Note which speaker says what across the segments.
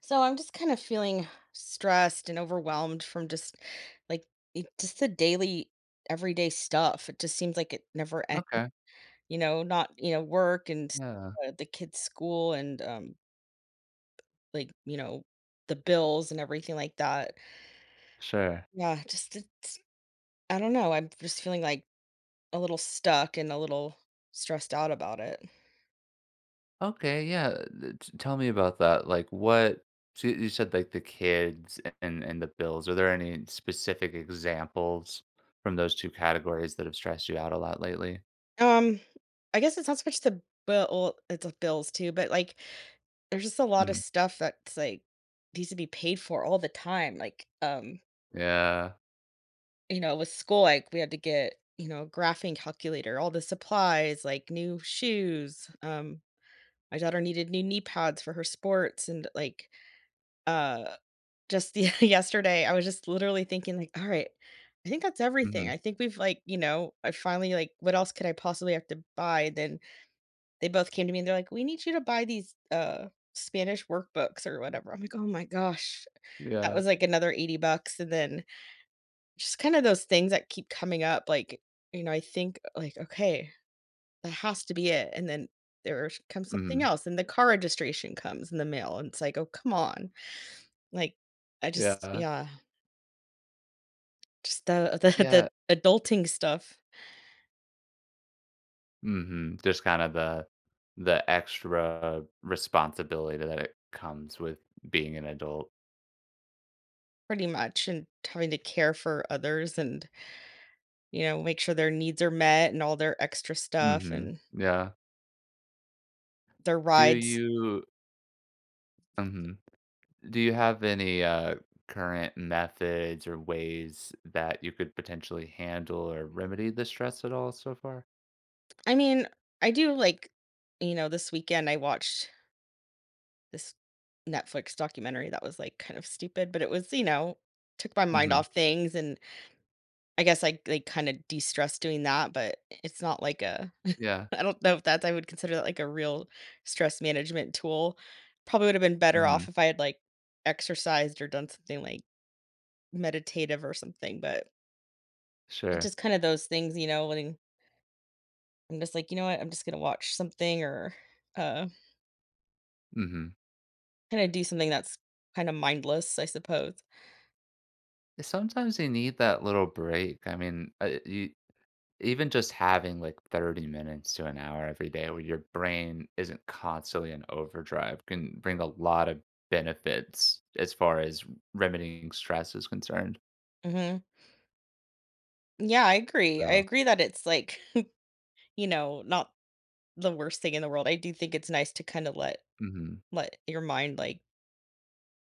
Speaker 1: So I'm just kind of feeling stressed and overwhelmed from just like just the daily, everyday stuff. It just seems like it never ends,
Speaker 2: Okay,
Speaker 1: not, work and
Speaker 2: yeah,
Speaker 1: the kids' school and like, you know, the bills and everything like that.
Speaker 2: sure.
Speaker 1: Yeah, I don't know. I'm just feeling like a little stuck and a little stressed out about it.
Speaker 2: Okay, yeah, t tell me about that, like, what so you said, like, the kids and the bills, are there any specific examples from those 2 categories that have stressed you out a lot lately?
Speaker 1: Um I guess it's not so much the bill, it's the bills too, but like there's just a lot of
Speaker 2: Mhm,
Speaker 1: stuff that's, like, needs to be paid for all the time, like,
Speaker 2: yeah,
Speaker 1: with school, like, we had to get, a graphing calculator, all the supplies, like, new shoes, my daughter needed new knee pads for her sports and, like, uh, just the yesterday, I was just literally thinking, like, "Alright, I think that's everything."
Speaker 2: mhm,
Speaker 1: I think we've, like, I finally, like, what else could I possibly have to buy? Then they both came to me and they're like, "We need you to buy these, Spanish workbooks or whatever." I'm like, "Oh my gosh." That
Speaker 2: yeah,
Speaker 1: was, like, another 80 bucks, and then just kinda those things that keep coming up, like, I think, like, "Okay, that has to be it," and then there comes something
Speaker 2: mhm,
Speaker 1: else, and the car registration comes in the mail, and it's like, "Oh, come on." Like, I just
Speaker 2: yeah,
Speaker 1: yeah, just the the
Speaker 2: yeah,
Speaker 1: the adulting stuff
Speaker 2: mhm, just kinda the extra responsibility that it comes with being an adult.
Speaker 1: pretty much, and having to care for others and, make sure their needs are met and all their extra stuff
Speaker 2: Mhm,
Speaker 1: and
Speaker 2: yeah.
Speaker 1: their
Speaker 2: Do
Speaker 1: rides.
Speaker 2: you Mhm. Do you have any, current methods or ways that you could potentially handle or remedy the stress at all so far?
Speaker 1: I mean, I do, this weekend I watched this Netflix documentary that was, like, kind of stupid, but it was, took my mind
Speaker 2: Mhm.
Speaker 1: off things, and I guess I, like, kinda de-stressed doing that, but it's not like a
Speaker 2: Yeah.
Speaker 1: I don't know if that's I would consider that, like, a real stress management tool. Probably would've been better
Speaker 2: Mhm.
Speaker 1: off if I had, like, exercised or done something, like, meditative or something, but it's
Speaker 2: Sure.
Speaker 1: just kinda those things, when I'm just like, "You know what? I'm just gonna watch something," or, uh
Speaker 2: Mhm.
Speaker 1: kinda do something that's kinda mindless, I suppose.
Speaker 2: Sometimes you need that little break. I mean, you even just having, like, 30 minutes to an hour every day where your brain isn't constantly in overdrive can bring a lot of benefits as far as remedying stress is concerned.
Speaker 1: Mhm. Yeah, I agree. I
Speaker 2: So
Speaker 1: agree that it's, like, not the worst thing in the world. I do think it's nice to kinda
Speaker 2: Mhm.
Speaker 1: let your mind, like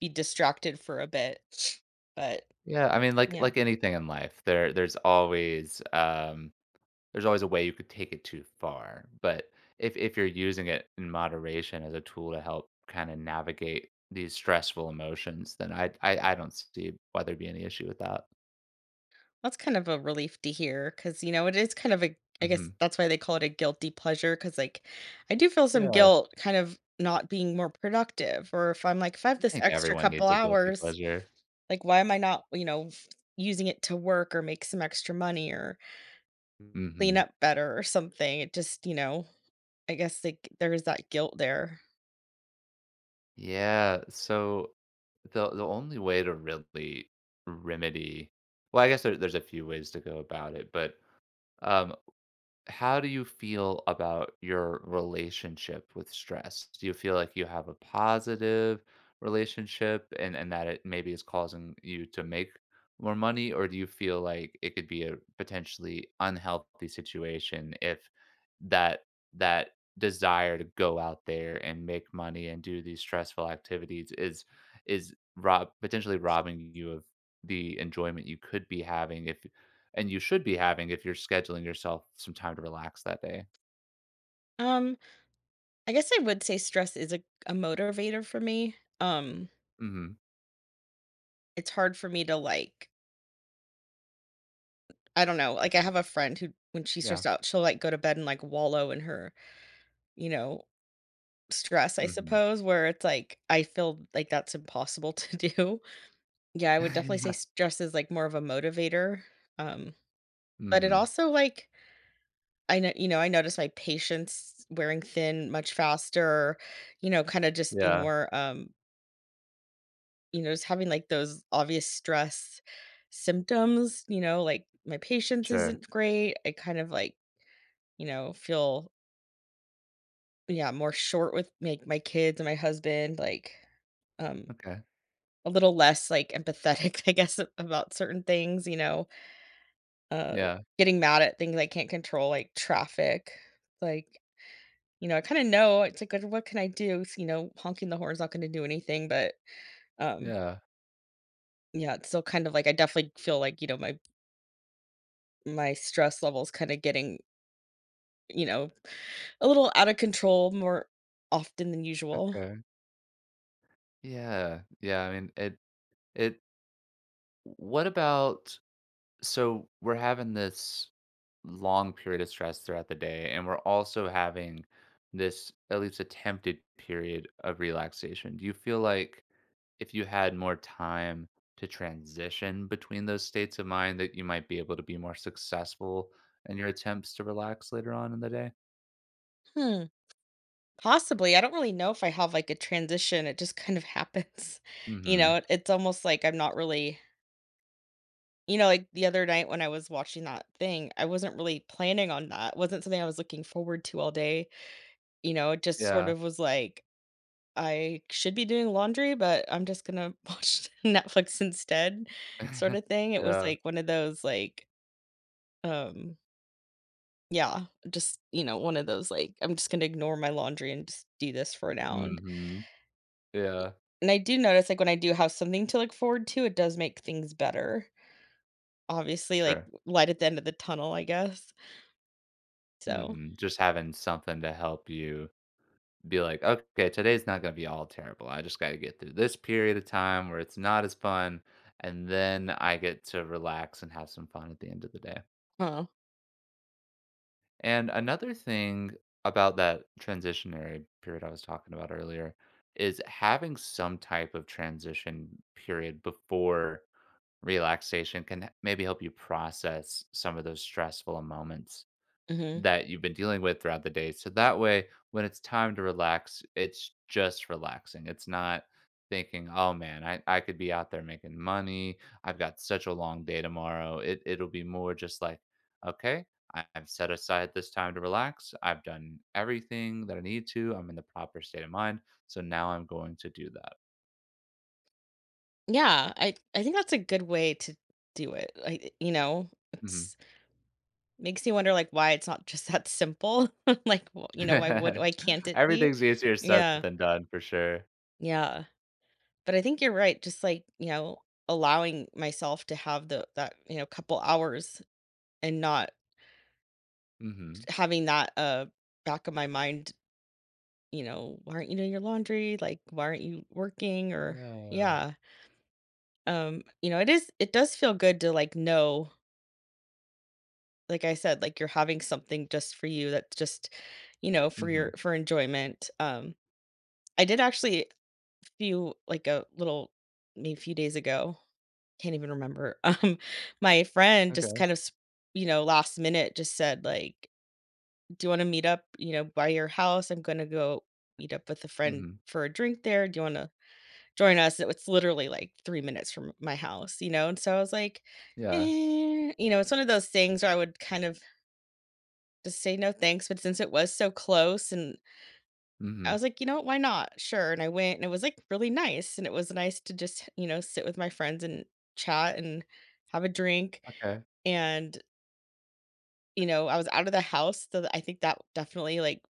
Speaker 1: be distracted for a bit. But
Speaker 2: Yeah, I mean, like
Speaker 1: yeah,
Speaker 2: like anything in life, there's always a way you could take it too far. But if you're using it in moderation as a tool to help kind of navigate these stressful emotions, then I don't see why there'd be any issue with that.
Speaker 1: that's kind of a relief to hear because, it is kind of a, I guess
Speaker 2: Hmm.
Speaker 1: that's why they call it a guilty pleasure because, like, I do feel some
Speaker 2: Yeah,
Speaker 1: guilt kind of not being more productive. Or if I have
Speaker 2: I
Speaker 1: this
Speaker 2: think
Speaker 1: extra
Speaker 2: everyone
Speaker 1: couple
Speaker 2: needs a guilty
Speaker 1: hours,
Speaker 2: pleasure.
Speaker 1: like, why am I not, using it to work or make some extra money or clean
Speaker 2: Hmm.
Speaker 1: up better or something? It just, I guess like there is that guilt there.
Speaker 2: Yeah, so the only way to really remedy, well, I guess there's a few ways to go about it, but. Um, how do you feel about your relationship with stress? Do you feel like you have a positive relationship and that it maybe is causing you to make more money? Or do you feel like it could be a potentially unhealthy situation if that that desire to go out there and make money and do these stressful activities is rob potentially robbing you of the enjoyment you could be having if and you should be having if you're scheduling yourself some time to relax that day.
Speaker 1: Um, I guess I would say stress is a motivator for me.
Speaker 2: Mhm.
Speaker 1: It's hard for me to, I don't know, like, I have a friend who when she's
Speaker 2: Yeah.
Speaker 1: stressed out, she'll, like, go to bed and, like, wallow in her, you know, stress, I
Speaker 2: Mhm.
Speaker 1: suppose, where it's, like, I feel like that's impossible to do. Yeah, I would definitely say
Speaker 2: Mhm.
Speaker 1: stress is, like, more of a motivator, um, but it also, I know you know, I notice my patience wearing thin much faster, kinda just being
Speaker 2: Yeah.
Speaker 1: more, just having, like, those obvious stress symptoms, like, my patience
Speaker 2: Sure.
Speaker 1: isn't great. I kind of, like, feel yeah, more short with like my kids and my husband, like um
Speaker 2: Okay.
Speaker 1: a little less like empathetic, I guess, about certain things, uh
Speaker 2: Yeah.
Speaker 1: getting mad at things I can't control, like traffic. Like, I kind of know it's like, "Good, what can I do? You know, honking the horn's not going to do anything, but um
Speaker 2: Yeah.
Speaker 1: yeah, it's still kind of like I definitely feel like, my stress levels kind of getting, you know, a little out of control more often than usual.
Speaker 2: Okay. Yeah. Yeah, I mean, it what about so we're having this long period of stress throughout the day, and we're also having this at least attempted period of relaxation. Do you feel like if you had more time to transition between those states of mind that you might be able to be more successful in your attempts to relax later on in the day?
Speaker 1: Hmm. Possibly. I don't really know if I have like a transition. It just kind of happens. You know,
Speaker 2: Mhm.
Speaker 1: it's almost like I'm not really, like the other night when I was watching that thing, I wasn't really planning on that. Wasn't something I was looking forward to all day. You know, it just sort
Speaker 2: Yeah.
Speaker 1: of was like, I should be doing laundry, but I'm just going to watch Netflix instead, sort of thing. It was
Speaker 2: Yeah.
Speaker 1: like one of those, like, um, yeah, just, one of those, like, I'm just going to ignore my laundry and just do this for now.
Speaker 2: Mhm. Yeah.
Speaker 1: And I do notice, like, when I do have something to look forward to, it does make things better. Obviously, like,
Speaker 2: Sure.
Speaker 1: light at the end of the tunnel, I guess. So,
Speaker 2: Mhm. Just having something to help you be like, okay, today's not going to be all terrible. I just got to get through this period of time where it's not as fun. And then I get to relax and have some fun at the end of the day.
Speaker 1: huh.
Speaker 2: And another thing about that transitionary period I was talking about earlier is having some type of transition period before relaxation can maybe help you process some of those stressful moments
Speaker 1: Mhm.
Speaker 2: that you've been dealing with throughout the day. So that way, when it's time to relax, it's just relaxing. It's not thinking, oh man, I could be out there making money. I've got such a long day tomorrow. It'll be more just like, okay, I've set aside this time to relax. I've done everything that I need to. I'm in the proper state of mind. So now I'm going to do that.
Speaker 1: Yeah, I think that's a good way to do it. Like, you know,
Speaker 2: Mhm.
Speaker 1: it's makes me wonder, like, why it's not just that simple. Like, w you know, why can't it be?
Speaker 2: Everything's easier said
Speaker 1: Yeah,
Speaker 2: than done for sure.
Speaker 1: yeah. But I think you're right, just, like, allowing myself to have the that, couple hours and not
Speaker 2: Hmm.
Speaker 1: having that, back of my mind you know, why aren't you doing your laundry? Like, why aren't you working? Or
Speaker 2: Yeah.
Speaker 1: yeah. You know, it does feel good to like know, like I said, like you're having something just for you that's just, for your
Speaker 2: Hmm.
Speaker 1: for enjoyment. I did actually a few like a little maybe a few days ago, can't even remember. My friend just
Speaker 2: Okay.
Speaker 1: kind of you know, last minute just said, like, do you want to meet up, by your house? I'm gonna go meet up with a friend
Speaker 2: Hmm.
Speaker 1: for a drink there. Do you want to join us, it's literally, like, 3 minutes from my house, you know, and so I was like,
Speaker 2: Yeah.
Speaker 1: "Eh," you know, it's one of those things where I would kind of just say, "No, thanks," but since it was so close and I
Speaker 2: Mhm.
Speaker 1: was like, "You know, what, why not? Sure," and I went, and it was, like, really nice, and it was nice to just, sit with my friends and chat and have a drink,
Speaker 2: Okay.
Speaker 1: and, I was out of the house, so I think that definitely,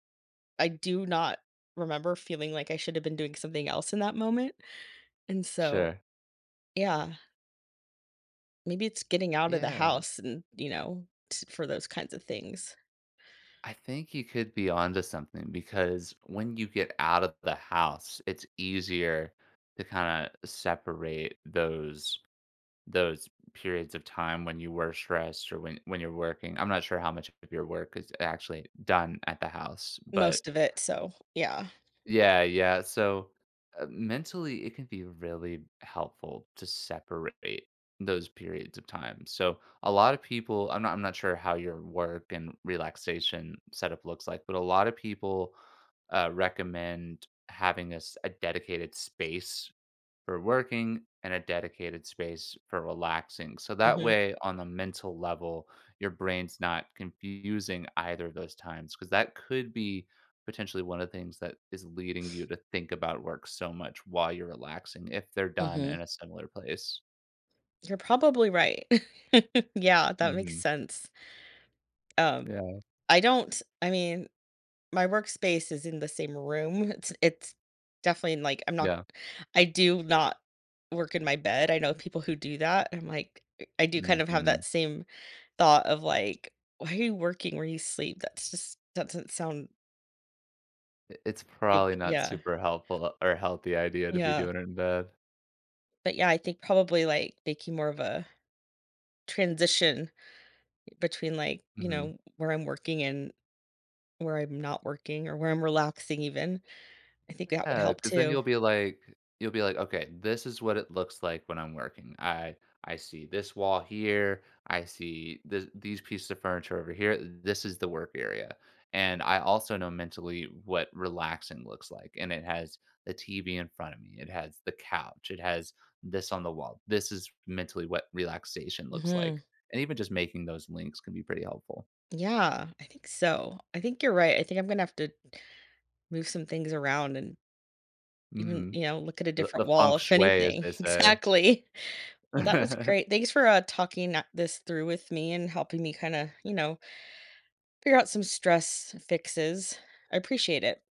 Speaker 1: I do not remember feeling like I should have been doing something else in that moment, and so
Speaker 2: Sure.
Speaker 1: yeah. Maybe it's getting out of the
Speaker 2: Yeah.
Speaker 1: house and, t for those kinds of things.
Speaker 2: I think you could be onto something because when you get out of the house, it's easier to kind of separate those periods of time when you were stressed or when you're working. I'm not sure how much of your work is actually done at the house,
Speaker 1: Most
Speaker 2: but.
Speaker 1: of it, so, yeah.
Speaker 2: Yeah, yeah. So, mentally, it can be really helpful to separate those periods of time. So, a lot of people, I'm not sure how your work and relaxation setup looks like, but a lot of people recommend having a dedicated space for working, and a dedicated space for relaxing. So that
Speaker 1: Mhm,
Speaker 2: way, on the mental level, your brain's not confusing either of those times because that could be potentially one of the things that is leading you to think about work so much while you're relaxing if they're done
Speaker 1: mhm.
Speaker 2: in a similar place.
Speaker 1: You're probably right. Yeah, that makes
Speaker 2: Hmm.
Speaker 1: sense. Um,
Speaker 2: Yeah.
Speaker 1: I don't I mean my workspace is in the same room. It's definitely like,
Speaker 2: Yeah.
Speaker 1: I do not work in my bed. I know people who do that. I'm like, I do kind of have that
Speaker 2: Hmm.
Speaker 1: same thought of, like, "Why are you working where you sleep?" That's just doesn't sound
Speaker 2: It's probably
Speaker 1: like
Speaker 2: not
Speaker 1: yeah.
Speaker 2: super helpful or healthy idea to be
Speaker 1: Yeah.
Speaker 2: doing it in bed.
Speaker 1: But, yeah, I think probably, like, making more of a transition between, like,
Speaker 2: Mhm.
Speaker 1: where I'm working and where I'm not working or where I'm relaxing even. I think that would
Speaker 2: Yeah,
Speaker 1: help
Speaker 2: because then
Speaker 1: too.
Speaker 2: you'll be like, "Okay, this is what it looks like when I'm working. I see this wall here, I see this these pieces of furniture over here. This is the work area." And I also know mentally what relaxing looks like, and it has the TV in front of me, it has the couch, it has this on the wall. This is mentally what relaxation looks like,
Speaker 1: Mhm.
Speaker 2: and even just making those links can be pretty helpful.
Speaker 1: Yeah, I think so. I think you're right. I think I'm gonna have to move some things around and even,
Speaker 2: Mhm.
Speaker 1: look at a
Speaker 2: The
Speaker 1: different
Speaker 2: the feng
Speaker 1: wall, if
Speaker 2: shui, as
Speaker 1: anything.
Speaker 2: they say.
Speaker 1: Exactly. Well, that was great. Thanks for talking this through with me and helping me kind of, figure out some stress fixes. I appreciate it.